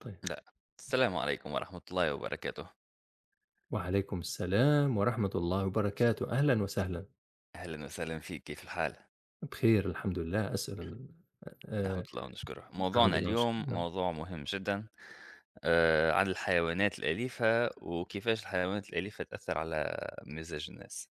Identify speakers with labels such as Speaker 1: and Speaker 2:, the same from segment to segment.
Speaker 1: طيب.
Speaker 2: لأ. السلام عليكم ورحمة الله وبركاته.
Speaker 1: وعليكم السلام ورحمة الله وبركاته، أهلا وسهلا.
Speaker 2: أهلًا وسهلًا فيك، كيف الحال؟
Speaker 1: بخير الحمد لله أسأل.
Speaker 2: نحمد
Speaker 1: آه،
Speaker 2: الله ونشكره.
Speaker 1: الحمد
Speaker 2: موضوعنا
Speaker 1: لله والشكر،
Speaker 2: اليوم
Speaker 1: نعم.
Speaker 2: موضوع مهم جدًا عن الحيوانات الأليفة وكيفاش الحيوانات الأليفة تأثّر على مزاج الناس.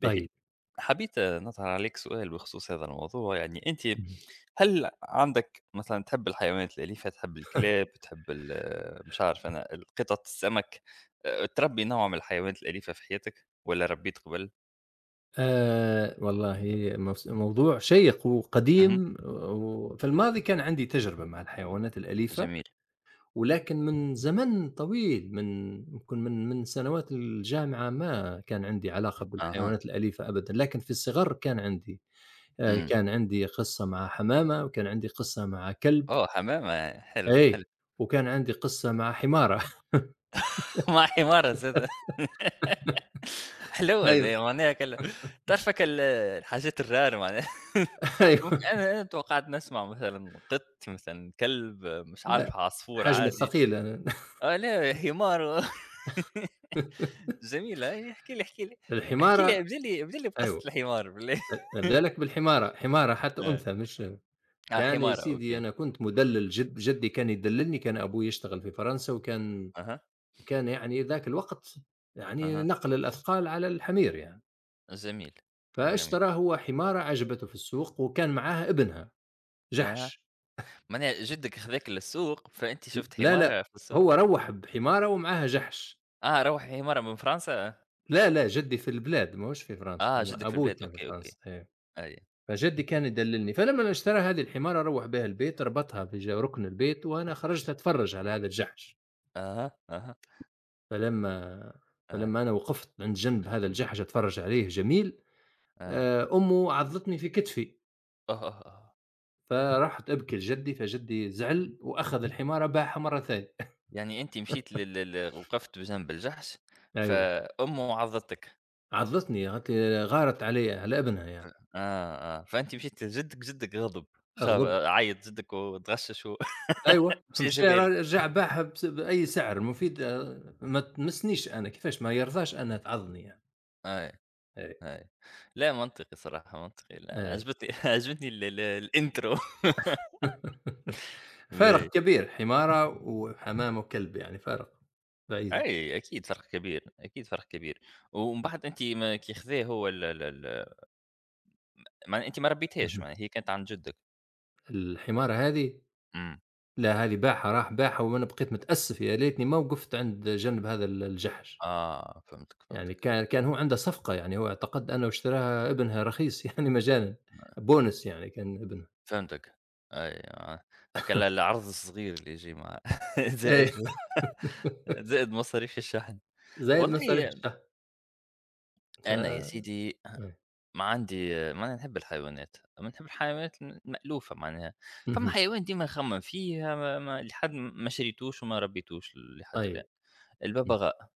Speaker 2: باهي، حبيت نطرح عليك سؤال بخصوص هذا الموضوع، يعني أنتِ
Speaker 1: مم.
Speaker 2: هل عندك مثلًا تحب الحيوانات الأليفة، تحب الكلاب، تحب ال آه، مش عارف أنا القطط، السمك، تربّي نوع من الحيوانات الأليفة في حياتك والّا ربّيت قبل؟
Speaker 1: آه والله، موضوع شيق
Speaker 2: اهم،
Speaker 1: وقديم، وفي الماضي كان عندي تجربة مع الحيوانات الأليفة،
Speaker 2: جميل.
Speaker 1: ولكن من زمن طويل، من يمكن من سنوات الجامعة ما كان عندي علاقة
Speaker 2: أها.
Speaker 1: بالحيوانات الأليفة أبدا، لكن في الصغر كان عندي
Speaker 2: إمم.
Speaker 1: كان عندي قصة مع حمامة، وكان عندي قصة مع كلب.
Speaker 2: آه، حمامة حلو، حلو.
Speaker 1: أي، وكان عندي قصة مع حمارة
Speaker 2: مع حمارة زادا حلوة
Speaker 1: أيوه،
Speaker 2: ذي معناها كل تعرف هاكا ال الحاجات الrare معناها ممكن
Speaker 1: أيوه،
Speaker 2: أنا توقعت نسمع مثلًا قط، مثلًا كلب، مش
Speaker 1: لأ،
Speaker 2: عارف عصفور
Speaker 1: الحجم
Speaker 2: عادي،
Speaker 1: الثقيل أنا
Speaker 2: آه لا حمار و جميلة أي احكِ لي، احكِ لي، احكِ لي
Speaker 1: الحمارة،
Speaker 2: ابدأ لي ابدأ لي بقصة
Speaker 1: أيوه،
Speaker 2: الحمار بالله
Speaker 1: نبدأ لك بالحمارة، حمارة حتى
Speaker 2: آه.
Speaker 1: أنثى مش
Speaker 2: آه
Speaker 1: كان. يا
Speaker 2: حمارة
Speaker 1: سيدي
Speaker 2: أوكي.
Speaker 1: أنا كنت مُدلِّل، جدي كان يدلِّلني، كان أبوي يشتغل في فرنسا، وكان
Speaker 2: أها،
Speaker 1: وكان يعني ذاك الوقت يعني
Speaker 2: أها،
Speaker 1: نقل الأثقال على الحمير يعني،
Speaker 2: جميل، جميل.
Speaker 1: فاشترى هو حمارة عجبته في السوق، وكان معاها ابنها
Speaker 2: آه.
Speaker 1: جحش.
Speaker 2: ما أنا جدك خذاك للسوق، فأنتِ
Speaker 1: ل
Speaker 2: شُفت
Speaker 1: لا،
Speaker 2: حمارها
Speaker 1: لأ،
Speaker 2: في السوق؟
Speaker 1: هو روّح بحمارة ومعاها جحش.
Speaker 2: آه، روّحي حمارها من فرنسا،
Speaker 1: لا، لا، جدّي في البلاد ماهوش في فرنسا،
Speaker 2: آه
Speaker 1: أما
Speaker 2: جدك في
Speaker 1: أبوي
Speaker 2: البلاد،
Speaker 1: كان في
Speaker 2: أوكي، أوكي،
Speaker 1: فرنسا، أيوه.
Speaker 2: أيوه،
Speaker 1: فجدّي كان يدلّلني، فلمّا اشترى هذه الحمارة روّح بها البيت، ربطها في ركن البيت، وأنا خرجت أتفرّج على هذا الجحش.
Speaker 2: أها، أها،
Speaker 1: فلمّا
Speaker 2: آه،
Speaker 1: فلمّا أنا وقفت عند جنب هذا الجحش أتفرّج عليه جميل،
Speaker 2: آه،
Speaker 1: أمه عضّتني في كتفي،
Speaker 2: أوه، أوه، أوه!
Speaker 1: فرحت أبكي لجدّي، فجدّي زعل وأخذ الحمارة باعها مرّة ثانية.
Speaker 2: يعني أنتِ مشيتِ لل وقفت بجنب الجحش،
Speaker 1: أيوه،
Speaker 2: فأمه عضّتِك،
Speaker 1: عضّتني، قالت لي غارت علي على ابنها يعني.
Speaker 2: آه، آه، فأنتِ مشيتِ لجدك، جدك غضب، خاف
Speaker 1: أغضب،
Speaker 2: عيّط جدك وتغشّش
Speaker 1: أيوه،
Speaker 2: ومشى
Speaker 1: مشى
Speaker 2: جابها لك،
Speaker 1: رجع باعها بس بأي سعر، مفيد، ما تمسنيش أنا، كيفاش ما يرضاش أنا تعضني يعني.
Speaker 2: أيوه،
Speaker 1: إي،
Speaker 2: أيوه، لا منطقي صراحة منطقي، لا
Speaker 1: إي.
Speaker 2: عجبتني عجبتني ال الintro
Speaker 1: فارق
Speaker 2: باهي.
Speaker 1: كبير، حمارة وحمام وكلب، يعني فارق بعيد.
Speaker 2: أي أكيد فرق كبير، أكيد فرق كبير، ومن بعد أنتِ ما كي خذاه هو ال معناها أنتِ ما ربيتهاش
Speaker 1: اهم.
Speaker 2: معناها هي كانت عند جدك،
Speaker 1: الحمارة هذه،
Speaker 2: امم،
Speaker 1: لا هذه باعها، راح باعها وأنا بقيت متأسف يا ليتني ما وقفت عند جنب هذا الجحش،
Speaker 2: آه فهمتك،
Speaker 1: يعني
Speaker 2: فهمتك،
Speaker 1: كان هو عنده صفقة، يعني هو اعتقد أنه اشتراها ابنها رخيص يعني مجانًا، بونس يعني كان ابنها.
Speaker 2: فهمتك، أي آه، هاكا ال العرض الصغير اللي يجي مع
Speaker 1: إي،
Speaker 2: زائد زائد مصاريف الشحن،
Speaker 1: زائد مصاريف
Speaker 2: والله
Speaker 1: الشهر. ف
Speaker 2: أنا يا سيدي
Speaker 1: إمم.
Speaker 2: ما عندي معناها نحب الحيوانات، أما نحب الحيوانات المألوفة معناها، فما
Speaker 1: اهم.
Speaker 2: حيوان ديما نخمم فيه ما لحد ما شريتوش وما ربيتوش لحد الآن،
Speaker 1: طيب. إمم.
Speaker 2: الببغاء.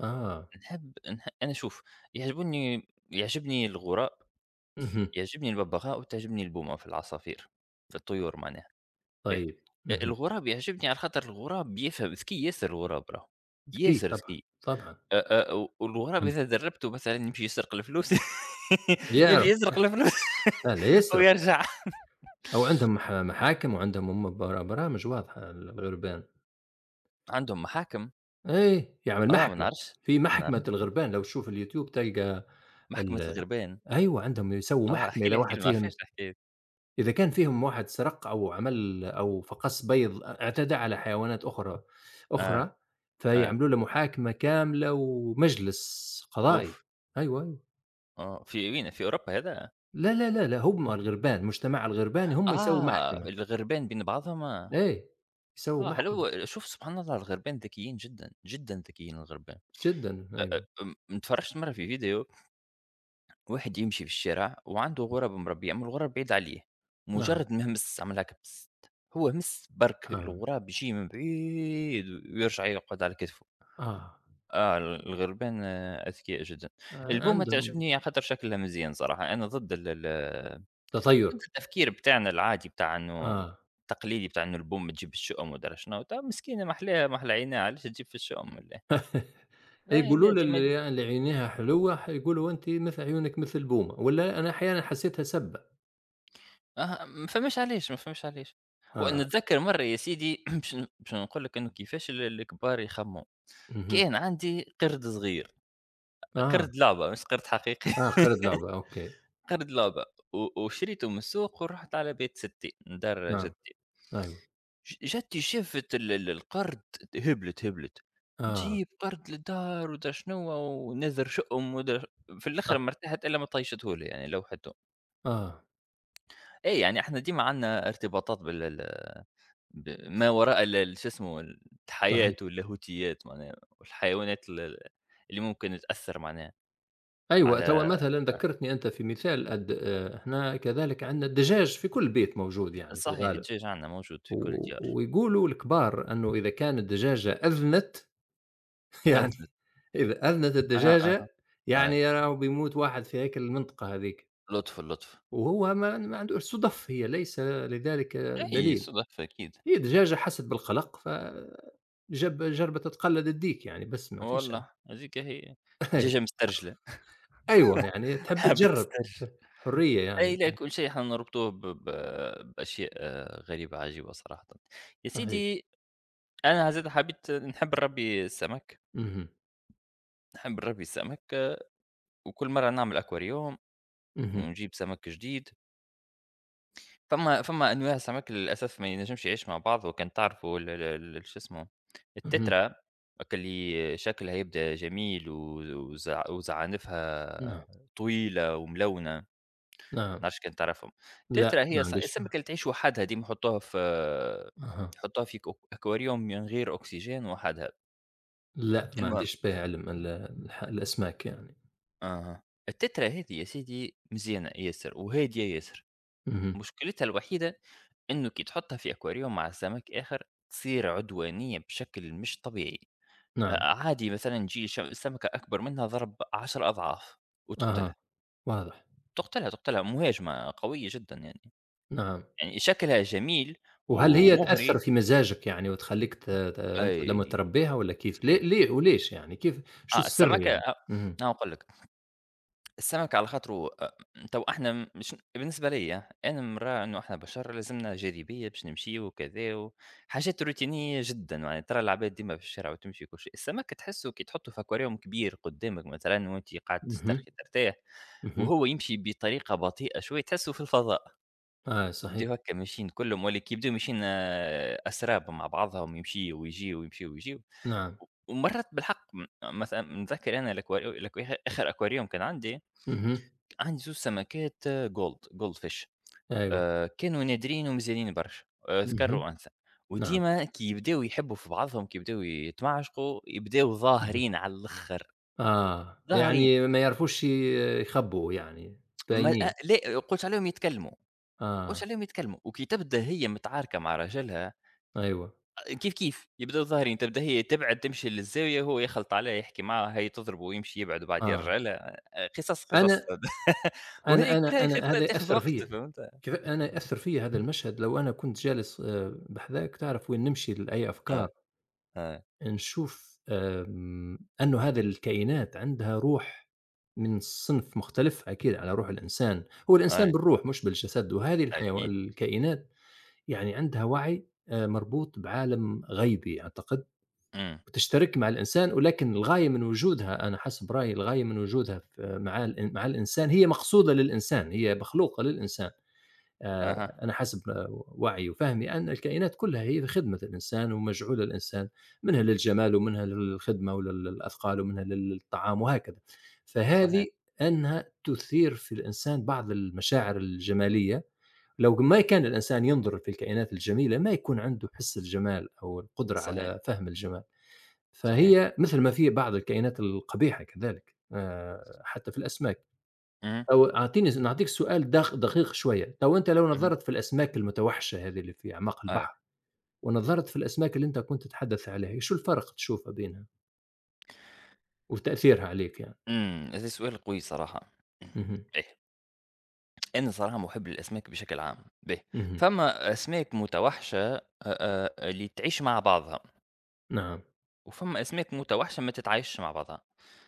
Speaker 1: آه.
Speaker 2: نحب نح أنا شوف، يعجبني الغُراء،
Speaker 1: اهم.
Speaker 2: يعجبني الببغاء وتعجبني البومة في العصافير، في الطيور معناها، باهي.
Speaker 1: طيب. اهم.
Speaker 2: الغراب يعجبني على خاطر الغراب بيفهم ذكي ياسر الغراب راهو،
Speaker 1: ذكي
Speaker 2: ياسر
Speaker 1: طبعًا.
Speaker 2: ذكي.
Speaker 1: طبعًا.
Speaker 2: أ أ و والغراب
Speaker 1: فهمت.
Speaker 2: إذا درّبته مثلًا يمشي يسرق الفلوس يمشي
Speaker 1: يعرف
Speaker 2: يسرق
Speaker 1: يع
Speaker 2: الفلوس
Speaker 1: لا، لا يسرق.
Speaker 2: ويرجع.
Speaker 1: أو عندهم محاكم، وعندهم برامج واضحة الغربان.
Speaker 2: عندهم محاكم
Speaker 1: إيه. يعمل
Speaker 2: آه، ما
Speaker 1: محكمة.
Speaker 2: نعرفش،
Speaker 1: في
Speaker 2: ما
Speaker 1: محكمة
Speaker 2: نعرفش.
Speaker 1: الغربان لو تشوف اليوتيوب تلقى
Speaker 2: محكمة
Speaker 1: ال
Speaker 2: الغربان
Speaker 1: أيوه، عندهم يسووا
Speaker 2: آه، احكِ
Speaker 1: محكمة. إذا
Speaker 2: لي، احكِ لي،
Speaker 1: واحد
Speaker 2: ما
Speaker 1: فيهم
Speaker 2: نعرفهاش الحكاية دي.
Speaker 1: إذا كان فيهم واحد سرق أو عمل أو فقَس بيض، اعتدى على حيوانات أخرى
Speaker 2: آه،
Speaker 1: أخرى،
Speaker 2: آه،
Speaker 1: فيعملوا له محاكمة كاملة ومجلس قضائي.
Speaker 2: أوف!
Speaker 1: أيوه، أيوه.
Speaker 2: آه، في وين، في أوروبا هذا؟
Speaker 1: لا، لا، لا، لا، هم الغربان، المجتمع الغرباني هم يسووا
Speaker 2: آه،
Speaker 1: محكمة.
Speaker 2: الغربان بين بعضهم آه،
Speaker 1: إيه، يسووا
Speaker 2: آه
Speaker 1: محكمة.
Speaker 2: حلو شوف سبحان الله الغربان ذكيين جدًا، جدًا ذكيين الغربان،
Speaker 1: جدًا،
Speaker 2: أ
Speaker 1: أيوه.
Speaker 2: أ م تفرجت مرة في فيديو واحد يمشي في الشارع وعنده غراب مربية أما الغراب بعيد عليه،
Speaker 1: نعم.
Speaker 2: مجرد ما مس عمل هاكا بست هو مس برك
Speaker 1: آه،
Speaker 2: الغراب يجي من بعيد ويرجع يقعد على كتفه،
Speaker 1: آه.
Speaker 2: آه الغربان أذكياء جدًا،
Speaker 1: ع
Speaker 2: البومة
Speaker 1: عندهم
Speaker 2: تعجبني على خاطر شكلها مزيان صراحة، أنا ضد ال
Speaker 1: تطيُّر.
Speaker 2: نفس التفكير بتاعنا العادي بتاع إنه
Speaker 1: آه.
Speaker 2: التقليدي بتاع إنه الأم تجيب الشؤم ودرا شنو، طب مسكينة ما أحلاها ما أحلى عينها علاش تجيب في الشؤم ولا لا
Speaker 1: يقولوا
Speaker 2: لا ديما
Speaker 1: اللي عينيها حلوة، يقولوا أنتِ مثل عيونِك مثل بومة، والّا أنا أحيانًا حسّيتها سَبّة.
Speaker 2: أها ما فهماش علاش، ما فهماش علاش،
Speaker 1: آه.
Speaker 2: ونتذكر مرة يا سيدي باش نقول لك إنه كيفاش الكبار يخمموا،
Speaker 1: اهم.
Speaker 2: كان عندي قرد صغير،
Speaker 1: آه.
Speaker 2: قرد لعبة مش قرد حقيقي
Speaker 1: آه، خريطة لعبة، أوكي.
Speaker 2: قرد لعبة وشريته من السوق ورحت على بيت ستي من دار
Speaker 1: نعم.
Speaker 2: جدتي.
Speaker 1: أيوه.
Speaker 2: جاتني شافة ال ال القرد هبلت، هبلت،
Speaker 1: آه.
Speaker 2: نجيب قرد للدار ومدري شنو ونذر شؤم ومدري في الآخر
Speaker 1: صح.
Speaker 2: ما ارتحت إلا ما طيشته لي يعني لوحته.
Speaker 1: آه.
Speaker 2: إي يعني إحنا ديما عندنا ارتباطات بال ما وراء ال شو اسمه ال الحياة
Speaker 1: صحيح.
Speaker 2: واللاهوتيات معناها والحيوانات ال اللي ممكن تأثّر معناها
Speaker 1: أيوه، توا
Speaker 2: على
Speaker 1: مثلًا ذكّرتني أنت في مثال أد إحنا كذلك عندنا الدجاج في كل بيت موجود، يعني في
Speaker 2: صحيح
Speaker 1: الغالب.
Speaker 2: الدجاج عندنا موجود في كل
Speaker 1: و
Speaker 2: الديار.
Speaker 1: ويقولوا الكبار أنه إذا كان الدجاجة أذنت يعني،
Speaker 2: أذنت.
Speaker 1: إذا أذنت
Speaker 2: أها، أها،
Speaker 1: الدجاجة
Speaker 2: أي.
Speaker 1: يعني راهو بيموت واحد في هيك المنطقة هذيك،
Speaker 2: لطف، لطف.
Speaker 1: وهو ما عندوش صُدف، هي ليس لذلك
Speaker 2: أي
Speaker 1: دليل.
Speaker 2: صدف أكيد.
Speaker 1: هي دجاجة حَست بالقلق، ف جب جربت تتقلّد الديك يعني، بس ما فيش.
Speaker 2: والله هذيك هي.
Speaker 1: أيوه،
Speaker 2: دجاجة مسترجلة.
Speaker 1: أيوه، يعني تحب
Speaker 2: حابب
Speaker 1: تجرّب،
Speaker 2: تسترجع.
Speaker 1: حرية
Speaker 2: أي
Speaker 1: يعني
Speaker 2: لا
Speaker 1: كانت.
Speaker 2: كل شيء احنا نربطوه ب بأشياء غريبة عجيبة صراحة. يا
Speaker 1: صحيح.
Speaker 2: سيدي أنا زاد حبيت نحب نربي السمك،
Speaker 1: اهم،
Speaker 2: نحب نربي السمك وكل مرة نعمل أكواريوم
Speaker 1: اهم،
Speaker 2: ونجيب سمك جديد. فما أنواع سمك للأسف ما ينجمش يعيش مع بعضه كان تعرفوا ال شو اسمه
Speaker 1: اهم،
Speaker 2: التترا هاكا اللي شكلها يبدا جميل و وزعانفها
Speaker 1: نعم،
Speaker 2: طويلة وملونة.
Speaker 1: نعم،
Speaker 2: نعرفش كان تعرفهم.
Speaker 1: لأ
Speaker 2: تترا
Speaker 1: ما
Speaker 2: هي
Speaker 1: عنديش،
Speaker 2: السمكة اللي تعيش وحدها ديما يحطوها في
Speaker 1: أها،
Speaker 2: يحطوها في أكواريوم من غير أكسجين وحدها.
Speaker 1: لأ ما
Speaker 2: المهم
Speaker 1: عنديش به علم ال الح الأسماك يعني.
Speaker 2: أها. التترا هذه يا سيدي مزيانة ياسر وهادية ياسر.
Speaker 1: اهم،
Speaker 2: مشكلتها الوحيدة إنه كي تحطها في أكواريوم مع سمك آخر تصير عدوانية بشكل مش طبيعي.
Speaker 1: نعم،
Speaker 2: عادي مثلًا تجي سمكة أكبر منها ضرب 10 أضعاف
Speaker 1: أها،
Speaker 2: وتقتلها.
Speaker 1: واضح،
Speaker 2: تقتلها، تقتلها مهاجمة قوية جدًا يعني.
Speaker 1: نعم.
Speaker 2: يعني شكلها جميل
Speaker 1: وهل هي تأثّر
Speaker 2: ومغري.
Speaker 1: في مزاجك يعني وتخلّيك ت ت أنت
Speaker 2: أي.
Speaker 1: لمّا تربّيها والّا كيف؟ ليه
Speaker 2: صحيح.
Speaker 1: ليه وليش يعني، كيف شو
Speaker 2: آه،
Speaker 1: السر
Speaker 2: السمكة
Speaker 1: يعني؟ اهم،
Speaker 2: أنا نقول لك، السمك على خاطرو تو إحنا مش بالنسبة ليّا أنا من رأى إنه إحنا بشر لازمنا جاذبية باش نمشيو وكذا و حاجات روتينية جدًا، يعني ترى العباد ديما في الشارع وتمشي وكل شيء، السمك تحسه كي تحطه في aquarium كبير قدامك مثلًا وأنتِ قاعد
Speaker 1: اهم،
Speaker 2: تسترخي ترتاح،
Speaker 1: اهم،
Speaker 2: وهو يمشي بطريقة بطيئة شوية تحسه في الفضاء.
Speaker 1: آه صحيح،
Speaker 2: يبداو هكا ماشيين كلهم ولا كي يبداو ماشيين أسراب مع بعضهم يمشيو ويجيو، يمشيو ويجيو،
Speaker 1: نعم،
Speaker 2: ومرّات بالحق مثلًا نتذكر أنا الأكوا الأكوا آخر أكواريوم كان عندي،
Speaker 1: اهم،
Speaker 2: عندي 2 سمكات gold goldfish
Speaker 1: أيوه،
Speaker 2: كانوا نادرين ومزيانين برشا ذكر
Speaker 1: اهم،
Speaker 2: وأنثى،
Speaker 1: نعم،
Speaker 2: وديما كي يبداو يحبوا في بعضهم، كي يبداو يتمعشقوا، يبداو
Speaker 1: اهم.
Speaker 2: ظاهرين على الآخر،
Speaker 1: آه،
Speaker 2: ظاهرين
Speaker 1: يعني ما يعرفوش يخبّوا يعني،
Speaker 2: ما أ
Speaker 1: باينين.
Speaker 2: لأ قلت عليهم يتكلموا، قلت
Speaker 1: آه،
Speaker 2: عليهم يتكلموا، وكي تبدا هي متعاركة مع راجلها
Speaker 1: أيوه،
Speaker 2: كيف، كيف، يبداو ظاهرين، تبدا هي تبعد تمشي للزاوية، هو يخلط عليها يحكي معاها، هي تضربه ويمشي يبعد وبعد
Speaker 1: آه.
Speaker 2: يرجع لها، قصص، قصص
Speaker 1: أنا
Speaker 2: وهذه
Speaker 1: أنا
Speaker 2: كلها
Speaker 1: أنا
Speaker 2: يا أخي
Speaker 1: أنا هذا
Speaker 2: تاخذ
Speaker 1: يأثّر
Speaker 2: وقت
Speaker 1: فيّا،
Speaker 2: فهمت؟
Speaker 1: كيف أنا يأثّر فيّا هذا المشهد لو أنا كنت جالس بحذاك، تعرف وين نمشي لأي أفكار،
Speaker 2: آه، آه،
Speaker 1: نشوف أنه هذه الكائنات عندها روح من صنف مختلف أكيد على روح الإنسان، هو
Speaker 2: أي
Speaker 1: الإنسان بالروح مش بالجسد، وهذه
Speaker 2: أكيد،
Speaker 1: الكائنات يعني عندها وعي مربوط بعالم غيبي أعتقد.
Speaker 2: إمم،
Speaker 1: وتشترك مع الإنسان، ولكن الغاية من وجودها، أنا حسب رأيي الغاية من وجودها ف مع ال مع الإنسان، هي مقصودة للإنسان، هي مخلوقة للإنسان. آآ
Speaker 2: أها،
Speaker 1: أنا حسب وعيي وفهمي أن الكائنات كلها هي في خدمة الإنسان ومجعولة للإنسان، منها للجمال ومنها للخدمة للأثقال ومنها للطعام وهكذا،
Speaker 2: صحيح،
Speaker 1: فهذه أنها تثير في الإنسان بعض المشاعر الجمالية، لو ما كان الإنسان ينظر في الكائنات الجميلة ما يكون عنده حس الجمال أو القدرة
Speaker 2: صحيح،
Speaker 1: على فهم الجمال.
Speaker 2: صحيح،
Speaker 1: فهي مثل ما في بعض الكائنات القبيحة كذلك، حتى في الأسماك.
Speaker 2: اهم،
Speaker 1: أو أعطيني س نعطيك سؤال دقيق شوية، تو أنت لو
Speaker 2: اهم،
Speaker 1: نظرت في الأسماك المتوحشة هذه اللي في أعماق
Speaker 2: أي،
Speaker 1: البحر، ونظرت في الأسماك اللي أنت كنت تتحدث عليها، شو الفرق تشوفه بينها وتأثيرها عليك يعني؟
Speaker 2: إمم، هذا سؤال قوي صراحة، إمم،
Speaker 1: اهم،
Speaker 2: إيه، أنا صراحة مُحب للأسماك بشكل عام، باهي،
Speaker 1: اهم،
Speaker 2: فما أسماك متوحشة اللي تعيش مع بعضها،
Speaker 1: نعم،
Speaker 2: وفما أسماك متوحشة ما تتعايشش مع بعضها.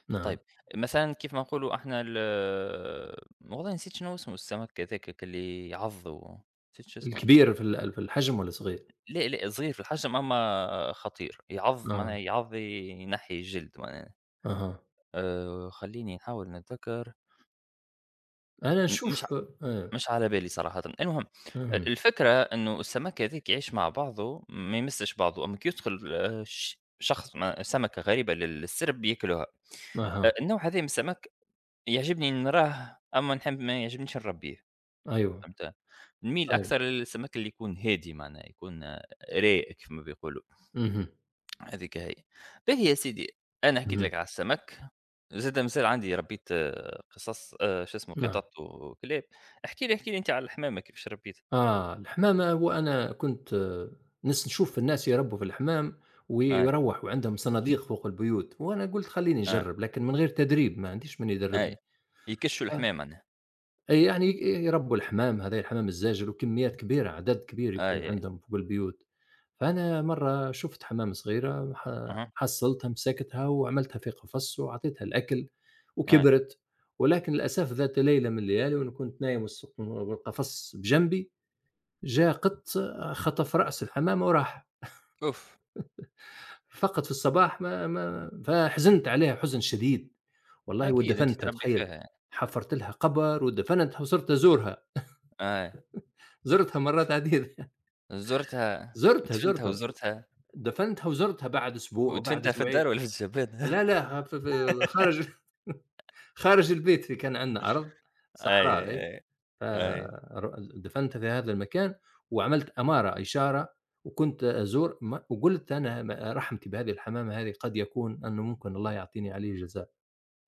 Speaker 1: نعم.
Speaker 2: طيب، مثلًا كيف ما نقولوا إحنا ال والله نسيت شنو هو اسمه السمك هذاكَ اللي يعض و نسيت شو اسمه،
Speaker 1: الكبير في في الحجم والّا صغير؟
Speaker 2: لا، لا صغير في الحجم أمّا خطير، يعض
Speaker 1: آه،
Speaker 2: معناها يعض ينحّي الجلد معناها،
Speaker 1: أها.
Speaker 2: خلّيني نحاول نتذكّر،
Speaker 1: أنا
Speaker 2: م مش ع
Speaker 1: نشوف آه،
Speaker 2: مش على بالي صراحةً، المهم
Speaker 1: اهم،
Speaker 2: الفكرة إنه السمك هاذاك يعيش مع بعضه ما يمسّش بعضه، أمّا كي يدخل ش شخص سمكة غريبة للسرب ياكلوها،
Speaker 1: أها،
Speaker 2: النوع هذا من السمك يعجبني نراه أمّا نحب ما يعجبنيش نربيه.
Speaker 1: أيوه،
Speaker 2: فهمت؟ نميل
Speaker 1: أيوه.
Speaker 2: أكثر للسمك اللي يكون هادي معناها، يكون رايق كيما بيقولوا،
Speaker 1: اهم،
Speaker 2: هذيك هي. باهي يا سيدي، أنا حكيت
Speaker 1: اهم،
Speaker 2: لك على السمك، زاد مازال عندي ربيت قصص شو اسمه
Speaker 1: نعم.
Speaker 2: قطط وكلاب، احكِ لي احكِ لي أنت على الحمامة كيفاش ربيتها؟
Speaker 1: آه، الحمام هو أنا كنت نشوف الناس يربوا في الحمام
Speaker 2: أي،
Speaker 1: ويروّحوا عندهم صناديق فوق البيوت، وأنا قُلت خلّيني
Speaker 2: أي،
Speaker 1: نجرّب لكن من غير تدريب ما عنديش من
Speaker 2: أي،
Speaker 1: يدرّبني.
Speaker 2: يكشوا
Speaker 1: ف
Speaker 2: الحمام معناها،
Speaker 1: أي يعني يربوا الحمام، هذا الحمام الزاجل وكميات كبيرة، عدد كبير يكون
Speaker 2: أي، أي،
Speaker 1: عندهم فوق البيوت. فأنا مرّة شُفت حمامة صغيرة،
Speaker 2: أها،
Speaker 1: حصّلتها، مسكتها وعملتها في قفص وعطيتها الأكل
Speaker 2: أي،
Speaker 1: وكبرت. ولكن للأسف ذات ليلة من الليالي وأنا كنت نايم والقفص بجنبي، جا قط خطف رأس الحمامة وراح،
Speaker 2: أوف!
Speaker 1: فقط في الصباح ما ما فحزنت عليها حزن شديد. والله
Speaker 2: أكيد أنتِ
Speaker 1: ودفنتها،
Speaker 2: تربي فيها
Speaker 1: تخيّل،
Speaker 2: يعني،
Speaker 1: حفرت لها قبر ودفنتها وصرت أزورها.
Speaker 2: أي،
Speaker 1: زرتها مرات عديدة
Speaker 2: زرتها،
Speaker 1: زرتها،
Speaker 2: دفنتها
Speaker 1: زرتها،
Speaker 2: وزرتها
Speaker 1: دفنتها وزرتها بعد أسبوع وبعد
Speaker 2: ودفنتها في الدار
Speaker 1: أسبوعين.
Speaker 2: والّا في الجبانة؟
Speaker 1: لا، لا، ف ف خارج خارج البيت في كان عندنا أرض
Speaker 2: أي،
Speaker 1: صحراء هيك.
Speaker 2: أي،
Speaker 1: ف
Speaker 2: أي.
Speaker 1: ر دفنت في هذا المكان، وعملت أمارة إشارة، وكنت أزور وقُلت أنا رحمتي بهذه الحمامة هذه قد يكون أنه ممكن الله يعطيني عليه جزاء.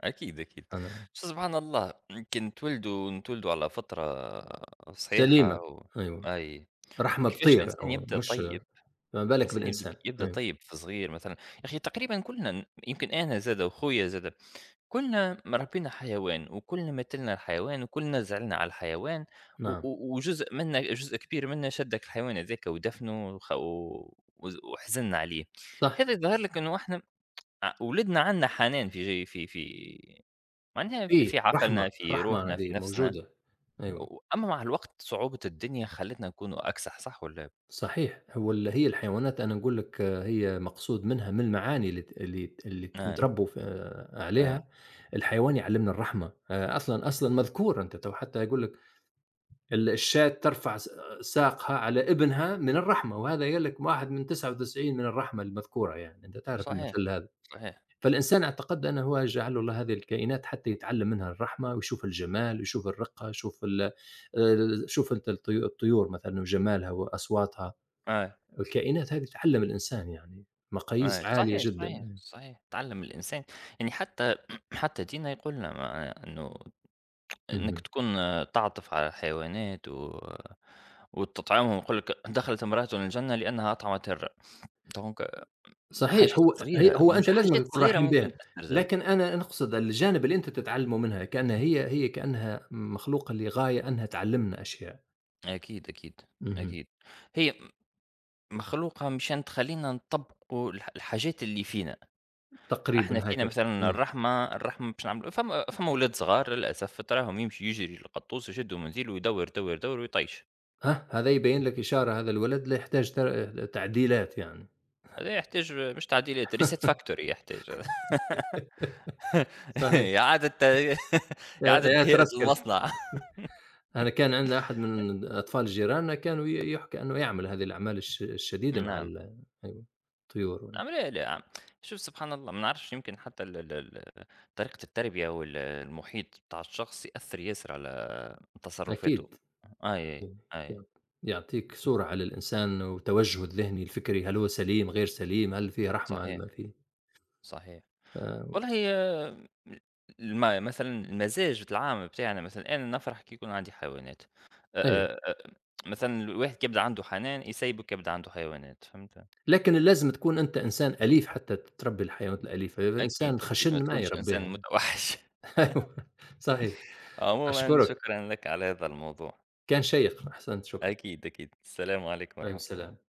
Speaker 2: أكيد أكيد،
Speaker 1: أنا
Speaker 2: شوف سبحان الله يمكن نتولدوا نتولدوا على فطرة
Speaker 1: سليمة،
Speaker 2: صحيحة و
Speaker 1: أيوه،
Speaker 2: أي،
Speaker 1: رحمة
Speaker 2: وكيفاش
Speaker 1: بطير،
Speaker 2: الإنسان
Speaker 1: أو
Speaker 2: يبدأ
Speaker 1: مش
Speaker 2: طيب،
Speaker 1: فما بالك
Speaker 2: الإنسان يبدأ
Speaker 1: بالإنسان.
Speaker 2: يبدأ
Speaker 1: أيوه،
Speaker 2: طيب في صغير مثلًا، يا أخي تقريبًا كلنا يمكن أنا زادا وخويا زادا كلنا ربينا حيوان، وكلنا ماتلنا الحيوان، وكلنا زعلنا على الحيوان، و
Speaker 1: نعم،
Speaker 2: و وجزء منا جزء كبير منا شدك الحيوان هذاك ودفنه وخ و وز وحزننا عليه،
Speaker 1: صح،
Speaker 2: هذا يظهر لك إنه إحنا ولدنا عندنا حنان في معناها ف
Speaker 1: في
Speaker 2: في
Speaker 1: رحمة،
Speaker 2: عقلنا، في
Speaker 1: الرحمة
Speaker 2: روحنا، في
Speaker 1: هذه
Speaker 2: نفسنا،
Speaker 1: موجودة، أيوه.
Speaker 2: و أمّا مع الوقت صعوبة الدنيا خلّتنا نكونوا أكسح صح والّا لا؟
Speaker 1: صحيح، هو ال هي الحيوانات، أنا نقول لك هي مقصود منها من المعاني اللي
Speaker 2: آه،
Speaker 1: نتربوا
Speaker 2: آه،
Speaker 1: عليها. الحيوان يعلمنا الرحمة، أصلًا مذكور، أنت تو حتى يقول لك الشاة ترفع ساقها على ابنها من الرحمة، وهذا قال لك واحد من 99 من الرحمة المذكورة يعني، أنت تعرف
Speaker 2: صحيح،
Speaker 1: المثل هذا.
Speaker 2: صحيح،
Speaker 1: فالإنسان أعتقد أنه هو جعله الله هذه الكائنات حتى يتعلم منها الرحمة، ويشوف الجمال، ويشوف الرقة، يشوف ال شوف أنت الطيور مثلًا وجمالها وأصواتها.
Speaker 2: آه،
Speaker 1: الكائنات هذه تعلّم الإنسان يعني
Speaker 2: آه،
Speaker 1: مقاييس عالية
Speaker 2: صحيح، صحيح،
Speaker 1: جدًا.
Speaker 2: صحيح، تعلّم الإنسان يعني حتى حتى ديننا يقول لنا ما إنه إنك
Speaker 1: اهم.
Speaker 2: تكون تعطف على الحيوانات و وتطعمهم يقول لك دخلت امرأة الجنة لأنها أطعمت الر دونك
Speaker 1: صحيح،
Speaker 2: حاجات
Speaker 1: هو هي
Speaker 2: صغيرة،
Speaker 1: هو
Speaker 2: مش
Speaker 1: أنت
Speaker 2: حاجات
Speaker 1: لازمك تكون
Speaker 2: صغيرة
Speaker 1: رحيم بها،
Speaker 2: ممكن تأثّر زادة.
Speaker 1: لكن أنا أقصد الجانب اللي أنت تتعلّمه منها، كأنها هي كأنها مخلوقة لغاية أنها تعلّمنا أشياء.
Speaker 2: أكيد، أكيد،
Speaker 1: اهم.
Speaker 2: أكيد. هي مخلوقة مشان تخلّينا نطبّقوا الحاجات اللي فينا،
Speaker 1: تقريبًا
Speaker 2: إحنا فينا
Speaker 1: هكذا.
Speaker 2: مثلًا
Speaker 1: إمم.
Speaker 2: الرحمة، الرحمة باش نعملوا فما ولاد صغار للأسف تراهم يمشي يجري القطوس يشدّه من ذيله ويدوّر، يدوّر، يدوّر ويطيش،
Speaker 1: ها هذا يبين لك إشارة، هذا الولد لا يحتاج تعديلات يعني.
Speaker 2: هذا يحتاج مش تعديلات reset factory يحتاج
Speaker 1: صحيح.
Speaker 2: إعادة
Speaker 1: يا
Speaker 2: إعادة
Speaker 1: يا
Speaker 2: تهيئة
Speaker 1: ترسكل.
Speaker 2: المصنع
Speaker 1: أنا كان عندنا أحد من أطفال جيراننا كانوا يحكى إنه يعمل هذه الأعمال الشديدة مع
Speaker 2: نعم،
Speaker 1: أيوه، الطيور.
Speaker 2: نعم، لا، لا، شوف سبحان الله ما نعرفش يمكن حتى ال ال ال طريقة التربية المحيط بتاع الشخص يأثّر ياسر على تصرفاته،
Speaker 1: أكيد.
Speaker 2: أي، أي،
Speaker 1: يع يعطيك صورة على الإنسان وتوجهه الذهني الفكري، هل هو سليم، غير سليم، هل فيه رحمة، هل
Speaker 2: صحيح.
Speaker 1: ما فيه؟
Speaker 2: صحيح.
Speaker 1: آآ
Speaker 2: والله آمم مثلًا المزاج العام بتاعنا مثلًا أنا نفرح كي يكون عندي حيوانات. آآ
Speaker 1: أيوه،
Speaker 2: آآ آآ مثلًا الواحد كيبدا عنده حنان يسيبك يبدا عنده حيوانات، فهمت؟
Speaker 1: لكن لازم تكون أنت إنسان أليف حتى تربي الحيوانات الأليفة، إذا
Speaker 2: أكيد،
Speaker 1: إنسان
Speaker 2: أكيد ما
Speaker 1: خشن ما
Speaker 2: تكونش
Speaker 1: يربيها
Speaker 2: إنسان متوحش.
Speaker 1: أيوه، صحيح،
Speaker 2: عمومًا
Speaker 1: أشكرك،
Speaker 2: شكرًا لك على هذا الموضوع.
Speaker 1: كان شيق، أحسنت شكرًا.
Speaker 2: أكيد، أكيد. السلام عليكم
Speaker 1: عليكم
Speaker 2: ورحمة
Speaker 1: السلام.
Speaker 2: الله.